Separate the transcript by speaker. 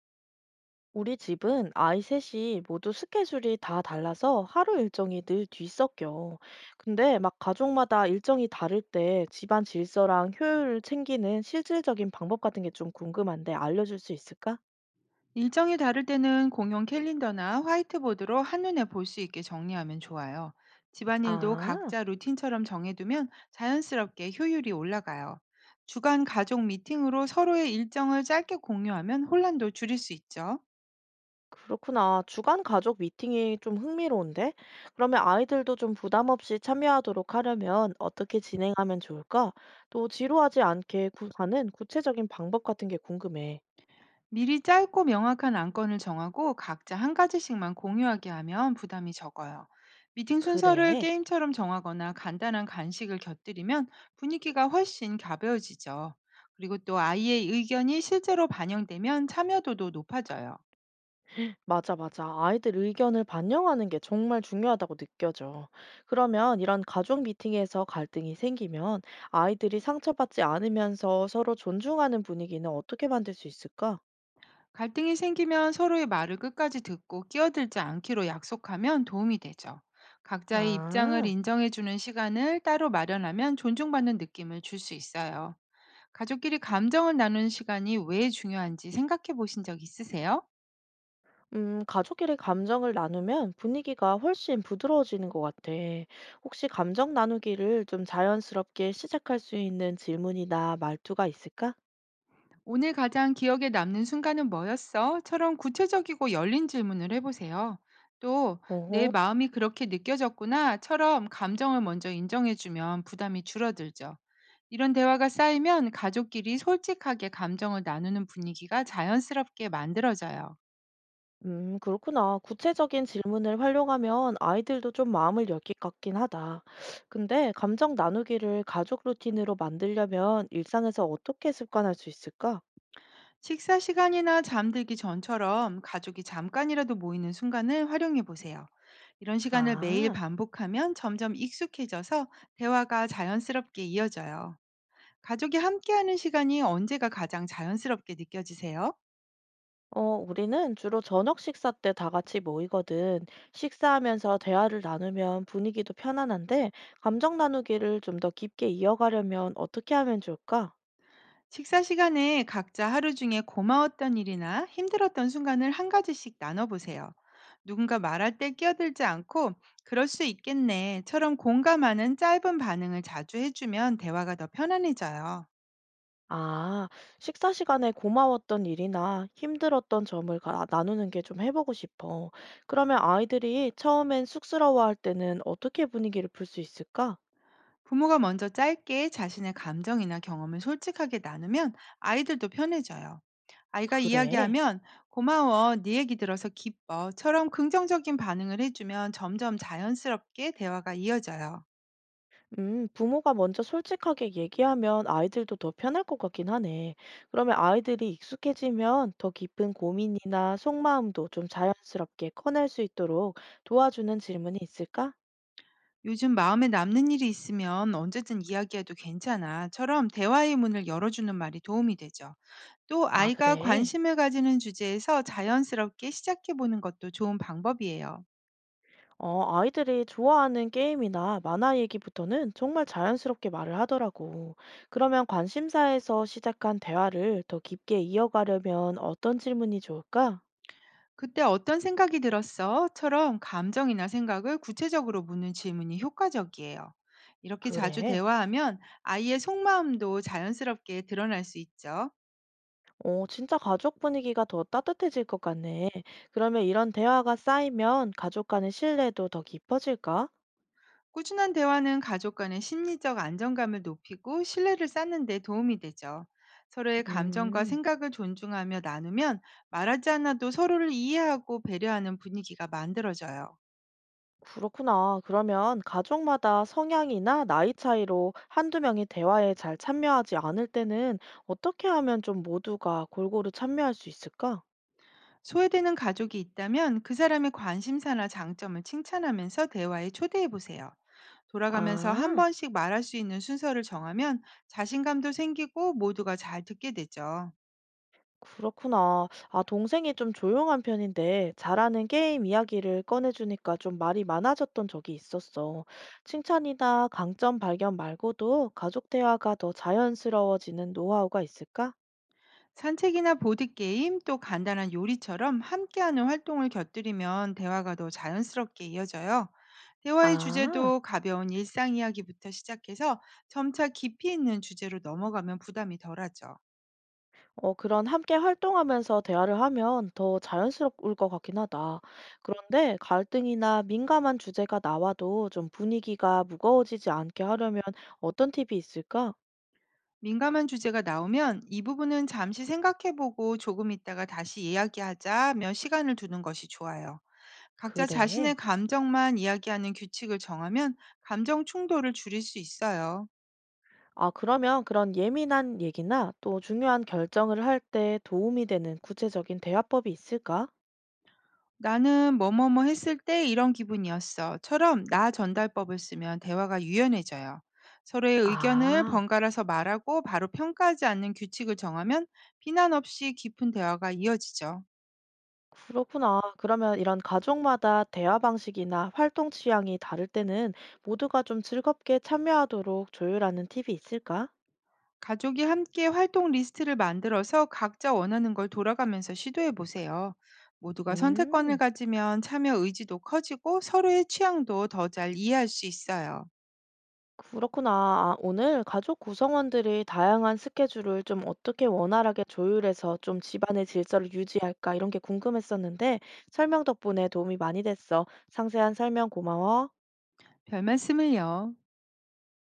Speaker 1: 우리 집은 아이 셋이 모두 스케줄이 다 달라서 하루 일정이 늘 뒤섞여. 근데 막 가족마다 일정이 다를 때 집안 질서랑 효율을 챙기는 실질적인 방법 같은 게 좀 궁금한데 알려줄 수 있을까?
Speaker 2: 일정이 다를 때는 공용 캘린더나 화이트보드로 한눈에 볼 수 있게 정리하면 좋아요. 집안일도
Speaker 1: 아,
Speaker 2: 각자 루틴처럼 정해두면 자연스럽게 효율이 올라가요. 주간 가족 미팅으로 서로의 일정을 짧게 공유하면 혼란도 줄일 수 있죠.
Speaker 1: 그렇구나. 주간 가족 미팅이 좀 흥미로운데? 그러면 아이들도 좀 부담 없이 참여하도록 하려면 어떻게 진행하면 좋을까? 또 지루하지 않게 하는 구체적인 방법 같은 게 궁금해.
Speaker 2: 미리 짧고 명확한 안건을 정하고 각자 한 가지씩만 공유하게 하면 부담이 적어요. 미팅 순서를
Speaker 1: 그래.
Speaker 2: 게임처럼 정하거나 간단한 간식을 곁들이면 분위기가 훨씬 가벼워지죠. 그리고 또 아이의 의견이 실제로 반영되면 참여도도 높아져요.
Speaker 1: 맞아, 맞아. 아이들 의견을 반영하는 게 정말 중요하다고 느껴져. 그러면 이런 가족 미팅에서 갈등이 생기면 아이들이 상처받지 않으면서 서로 존중하는 분위기는 어떻게 만들 수 있을까?
Speaker 2: 갈등이 생기면 서로의 말을 끝까지 듣고 끼어들지 않기로 약속하면 도움이 되죠. 각자의 입장을
Speaker 1: 아,
Speaker 2: 인정해주는 시간을 따로 마련하면 존중받는 느낌을 줄 수 있어요. 가족끼리 감정을 나누는 시간이 왜 중요한지 생각해 보신 적 있으세요?
Speaker 1: 가족끼리 감정을 나누면 분위기가 훨씬 부드러워지는 것 같아. 혹시 감정 나누기를 좀 자연스럽게 시작할 수 있는 질문이나 말투가 있을까?
Speaker 2: 오늘 가장 기억에 남는 순간은 뭐였어? 처럼 구체적이고 열린 질문을 해보세요. 또, 내
Speaker 1: 오호.
Speaker 2: 마음이 그렇게 느껴졌구나. 처럼 감정을 먼저 인정해주면 부담이 줄어들죠. 이런 대화가 쌓이면 가족끼리 솔직하게 감정을 나누는 분위기가 자연스럽게 만들어져요.
Speaker 1: 그렇구나. 구체적인 질문을 활용하면 아이들도 좀 마음을 열 것 같긴 하다. 근데 감정 나누기를 가족 루틴으로 만들려면 일상에서 어떻게 습관할 수 있을까?
Speaker 2: 식사 시간이나 잠들기 전처럼 가족이 잠깐이라도 모이는 순간을 활용해 보세요. 이런 시간을 매일
Speaker 1: 아,
Speaker 2: 반복하면 점점 익숙해져서 대화가 자연스럽게 이어져요. 가족이 함께하는 시간이 언제가 가장 자연스럽게 느껴지세요?
Speaker 1: 어, 우리는 주로 저녁 식사 때 다 같이 모이거든. 식사하면서 대화를 나누면 분위기도 편안한데, 감정 나누기를 좀 더 깊게 이어가려면 어떻게 하면 좋을까?
Speaker 2: 식사 시간에 각자 하루 중에 고마웠던 일이나 힘들었던 순간을 한 가지씩 나눠보세요. 누군가 말할 때 끼어들지 않고 그럴 수 있겠네처럼 공감하는 짧은 반응을 자주 해주면 대화가 더 편안해져요.
Speaker 1: 아, 식사 시간에 고마웠던 일이나 힘들었던 점을 나누는 게 좀 해보고 싶어. 그러면 아이들이 처음엔 쑥스러워할 때는 어떻게 분위기를 풀 수 있을까?
Speaker 2: 부모가 먼저 짧게 자신의 감정이나 경험을 솔직하게 나누면 아이들도 편해져요. 아이가
Speaker 1: 그래.
Speaker 2: 이야기하면 고마워, 네 얘기 들어서 기뻐처럼 긍정적인 반응을 해주면 점점 자연스럽게 대화가 이어져요.
Speaker 1: 부모가 먼저 솔직하게 얘기하면 아이들도 더 편할 것 같긴 하네. 그러면 아이들이 익숙해지면 더 깊은 고민이나 속마음도 좀 자연스럽게 꺼낼 수 있도록 도와주는 질문이 있을까?
Speaker 2: 요즘 마음에 남는 일이 있으면 언제든 이야기해도 괜찮아처럼 대화의 문을 열어주는 말이 도움이 되죠. 또
Speaker 1: 아,
Speaker 2: 아이가
Speaker 1: 그래.
Speaker 2: 관심을 가지는 주제에서 자연스럽게 시작해보는 것도 좋은 방법이에요.
Speaker 1: 어, 아이들이 좋아하는 게임이나 만화 얘기부터는 정말 자연스럽게 말을 하더라고. 그러면 관심사에서 시작한 대화를 더 깊게 이어가려면 어떤 질문이 좋을까?
Speaker 2: "그때 어떤 생각이 들었어?"처럼 감정이나 생각을 구체적으로 묻는 질문이 효과적이에요. 이렇게 자주
Speaker 1: 그래.
Speaker 2: 대화하면 아이의 속마음도 자연스럽게 드러날 수 있죠.
Speaker 1: 어, 진짜 가족 분위기가 더 따뜻해질 것 같네. 그러면 이런 대화가 쌓이면 가족 간의 신뢰도 더 깊어질까?
Speaker 2: 꾸준한 대화는 가족 간의 심리적 안정감을 높이고 신뢰를 쌓는 데 도움이 되죠. 서로의 감정과
Speaker 1: 음.
Speaker 2: 생각을 존중하며 나누면 말하지 않아도 서로를 이해하고 배려하는 분위기가 만들어져요.
Speaker 1: 그렇구나. 그러면 가족마다 성향이나 나이 차이로 한두 명이 대화에 잘 참여하지 않을 때는 어떻게 하면 좀 모두가 골고루 참여할 수 있을까?
Speaker 2: 소외되는 가족이 있다면 그 사람의 관심사나 장점을 칭찬하면서 대화에 초대해 보세요. 돌아가면서 한
Speaker 1: 아,
Speaker 2: 번씩 말할 수 있는 순서를 정하면 자신감도 생기고 모두가 잘 듣게 되죠.
Speaker 1: 그렇구나. 아, 동생이 좀 조용한 편인데 잘하는 게임 이야기를 꺼내주니까 좀 말이 많아졌던 적이 있었어. 칭찬이나 강점 발견 말고도 가족 대화가 더 자연스러워지는 노하우가 있을까?
Speaker 2: 산책이나 보드게임 또 간단한 요리처럼 함께하는 활동을 곁들이면 대화가 더 자연스럽게 이어져요. 대화의
Speaker 1: 아.
Speaker 2: 주제도 가벼운 일상 이야기부터 시작해서 점차 깊이 있는 주제로 넘어가면 부담이 덜하죠.
Speaker 1: 어, 그런 함께 활동하면서 대화를 하면 더 자연스러울 것 같긴 하다. 그런데 갈등이나 민감한 주제가 나와도 좀 분위기가 무거워지지 않게 하려면 어떤 팁이 있을까?
Speaker 2: 민감한 주제가 나오면 이 부분은 잠시 생각해보고 조금 있다가 다시 이야기하자며 시간을 두는 것이 좋아요. 각자 자신의
Speaker 1: 그래.
Speaker 2: 감정만 이야기하는 규칙을 정하면 감정 충돌을 줄일 수 있어요.
Speaker 1: 아, 그러면 그런 예민한 얘기나 또 중요한 결정을 할 때 도움이 되는 구체적인 대화법이 있을까?
Speaker 2: 나는 뭐뭐뭐 했을 때 이런 기분이었어.처럼 나 전달법을 쓰면 대화가 유연해져요. 서로의 의견을
Speaker 1: 아,
Speaker 2: 번갈아서 말하고 바로 평가하지 않는 규칙을 정하면 비난 없이 깊은 대화가 이어지죠.
Speaker 1: 그렇구나. 그러면 이런 가족마다 대화 방식이나 활동 취향이 다를 때는 모두가 좀 즐겁게 참여하도록 조율하는 팁이 있을까?
Speaker 2: 가족이 함께 활동 리스트를 만들어서 각자 원하는 걸 돌아가면서 시도해 보세요. 모두가 선택권을
Speaker 1: 음,
Speaker 2: 가지면 참여 의지도 커지고 서로의 취향도 더 잘 이해할 수 있어요.
Speaker 1: 그렇구나. 아, 오늘 가족 구성원들이 다양한 스케줄을 좀 어떻게 원활하게 조율해서 좀 집안의 질서를 유지할까 이런 게 궁금했었는데 설명 덕분에 도움이 많이 됐어. 상세한 설명 고마워.
Speaker 2: 별 말씀을요.